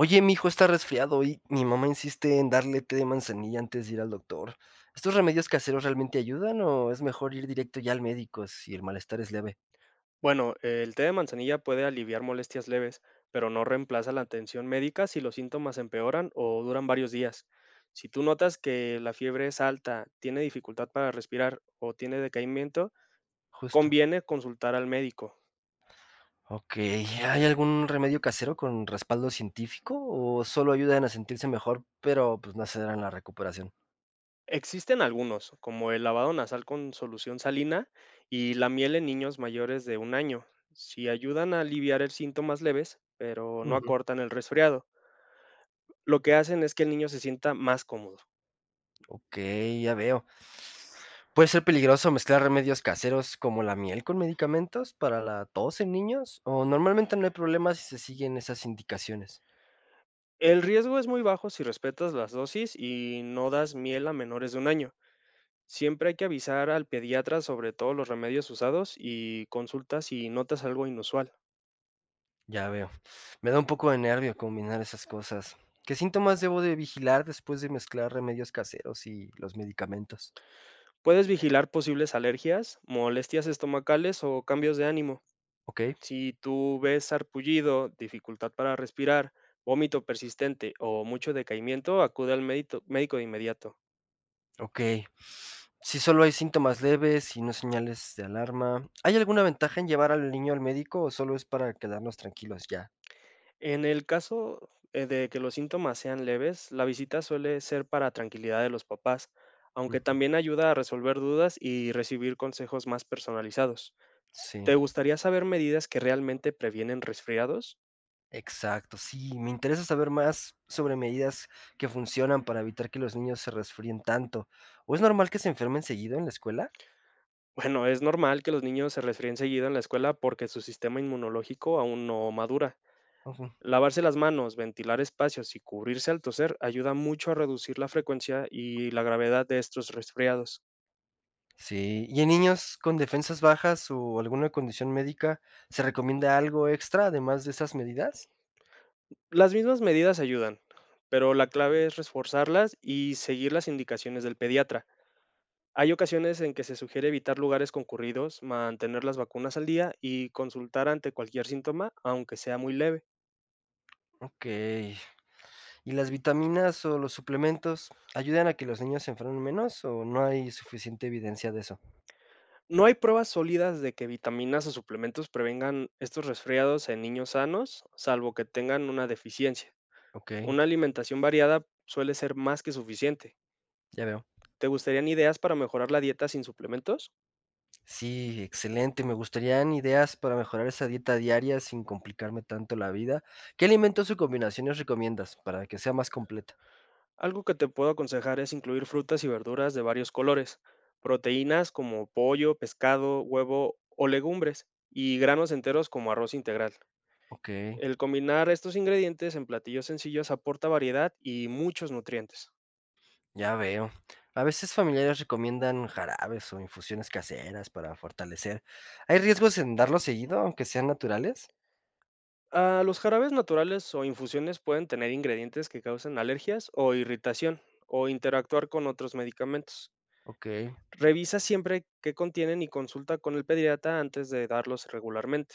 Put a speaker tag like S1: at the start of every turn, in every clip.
S1: Oye, mi hijo está resfriado y mi mamá insiste en darle té de manzanilla antes de ir al doctor. ¿Estos remedios caseros realmente ayudan o es mejor ir directo ya al médico si el malestar es leve?
S2: Bueno, el té de manzanilla puede aliviar molestias leves, pero no reemplaza la atención médica si los síntomas empeoran o duran varios días. Si tú notas que la fiebre es alta, tiene dificultad para respirar o tiene decaimiento,
S1: Justo.
S2: conviene consultar al médico.
S1: Ok, ¿hay algún remedio casero con respaldo científico o solo ayudan a sentirse mejor, pero pues no aceleran la recuperación?
S2: Existen algunos, como el lavado nasal con solución salina y la miel en niños mayores de un año. Si ayudan a aliviar el síntomas leves, pero no
S1: Ujú.
S2: acortan el resfriado, lo que hacen es que el niño se sienta más cómodo.
S1: Ok, ya veo. ¿Puede ser peligroso mezclar remedios caseros como la miel con medicamentos para la tos en niños? ¿O normalmente no hay problema si se siguen esas indicaciones?
S2: El riesgo es muy bajo si respetas las dosis y no das miel a menores de un año. Siempre hay que avisar al pediatra sobre todos los remedios usados y consulta si notas algo inusual.
S1: Ya veo. Me da un poco de nervio combinar esas cosas. ¿Qué síntomas debo de vigilar después de mezclar remedios caseros y los medicamentos?
S2: Puedes vigilar posibles alergias, molestias estomacales o cambios de ánimo.
S1: Ok,
S2: Si tú ves sarpullido, dificultad para respirar, vómito persistente o mucho decaimiento, acude al médico de inmediato.
S1: ok. Si solo hay síntomas leves y no señales de alarma, ¿hay alguna ventaja en llevar al niño al médico o solo es para quedarnos tranquilos ya?
S2: En el caso de que los síntomas sean leves, la visita suele ser para tranquilidad de los papás, aunque
S1: Ujú.
S2: también ayuda a resolver dudas y recibir consejos más personalizados.
S1: Sí,
S2: ¿Te gustaría saber medidas que realmente previenen resfriados?
S1: exacto. Sí, me interesa saber más sobre medidas que funcionan para evitar que los niños se resfríen tanto. ¿O es normal que se enfermen seguido en la escuela?
S2: Bueno, es normal que los niños se resfríen seguido en la escuela porque su sistema inmunológico aún no madura.
S1: Ujú.
S2: Lavarse las manos, ventilar espacios y cubrirse al toser ayuda mucho a reducir la frecuencia y la gravedad de estos resfriados.
S1: Sí, y en niños con defensas bajas o alguna condición médica, ¿se recomienda algo extra además de esas medidas?
S2: Las mismas medidas ayudan, pero la clave es reforzarlas y seguir las indicaciones del pediatra. Hay ocasiones en que se sugiere evitar lugares concurridos, mantener las vacunas al día y consultar ante cualquier síntoma, aunque sea muy leve.
S1: Ok. ¿Y las vitaminas o los suplementos ayudan a que los niños se enfermen menos o no hay suficiente evidencia de eso?
S2: No hay pruebas sólidas de que vitaminas o suplementos prevengan estos resfriados en niños sanos, salvo que tengan una deficiencia.
S1: Ok,
S2: Una alimentación variada suele ser más que suficiente.
S1: ya veo.
S2: ¿Te gustarían ideas para mejorar la dieta sin suplementos?
S1: Sí, excelente. Me gustarían ideas para mejorar esa dieta diaria sin complicarme tanto la vida. ¿Qué alimentos o combinaciones recomiendas para que sea más completa?
S2: Algo que te puedo aconsejar es incluir frutas y verduras de varios colores, proteínas como pollo, pescado, huevo o legumbres, y granos enteros como arroz integral.
S1: Ok.
S2: El combinar estos ingredientes en platillos sencillos aporta variedad y muchos nutrientes.
S1: Ya veo. A veces familiares recomiendan jarabes o infusiones caseras para fortalecer. ¿Hay riesgos en darlo seguido, aunque sean naturales?
S2: Ah, los jarabes naturales o infusiones pueden tener ingredientes que causan alergias o irritación o interactuar con otros medicamentos.
S1: Ok.
S2: Revisa siempre qué contienen y consulta con el pediatra antes de darlos regularmente.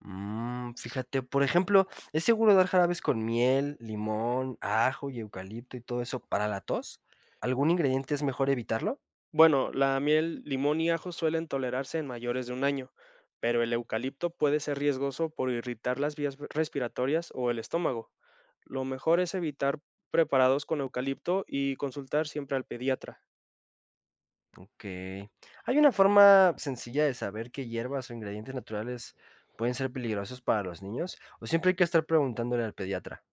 S1: Mm, fíjate, por ejemplo, ¿es seguro dar jarabes con miel, limón, ajo y eucalipto y todo eso para la tos? ¿Algún ingrediente es mejor evitarlo?
S2: Bueno, la miel, limón y ajo suelen tolerarse en mayores de un año, pero el eucalipto puede ser riesgoso por irritar las vías respiratorias o el estómago. Lo mejor es evitar preparados con eucalipto y consultar siempre al pediatra.
S1: Ok. ¿Hay una forma sencilla de saber qué hierbas o ingredientes naturales pueden ser peligrosos para los niños? ¿O siempre hay que estar preguntándole al pediatra?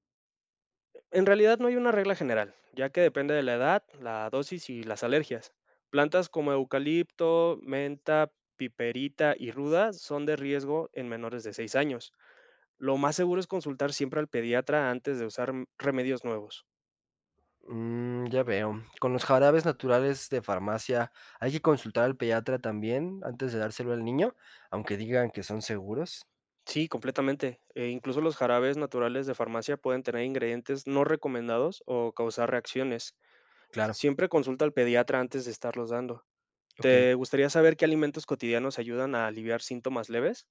S2: En realidad no hay una regla general, ya que depende de la edad, la dosis y las alergias. Plantas como eucalipto, menta, piperita y ruda son de riesgo en menores de 6 años. Lo más seguro es consultar siempre al pediatra antes de usar remedios nuevos.
S1: Mm, ya veo. Con los jarabes naturales de farmacia, ¿hay que consultar al pediatra también antes de dárselo al niño, aunque digan que son seguros?
S2: Sí, completamente. E incluso los jarabes naturales de farmacia pueden tener ingredientes no recomendados o causar reacciones.
S1: Claro,
S2: Siempre consulta al pediatra antes de estarlos dando.
S1: ok.
S2: ¿Te gustaría saber qué alimentos cotidianos ayudan a aliviar síntomas leves?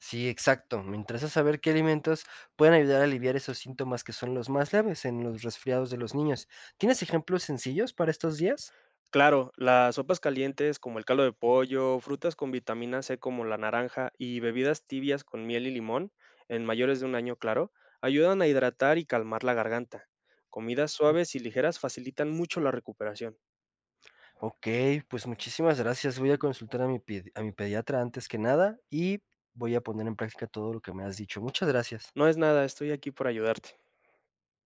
S1: Sí, exacto. Me interesa saber qué alimentos pueden ayudar a aliviar esos síntomas que son los más leves en los resfriados de los niños. ¿Tienes ejemplos sencillos para estos días?
S2: Claro, las sopas calientes como el caldo de pollo, frutas con vitamina C como la naranja y bebidas tibias con miel y limón, en mayores de un año, claro, ayudan a hidratar y calmar la garganta. Comidas
S1: Mm,
S2: suaves y ligeras facilitan mucho la recuperación.
S1: ok, pues muchísimas gracias. Voy a consultar a mi pediatra antes que nada y voy a poner en práctica todo lo que me has dicho. Muchas gracias.
S2: No es nada, estoy aquí por ayudarte.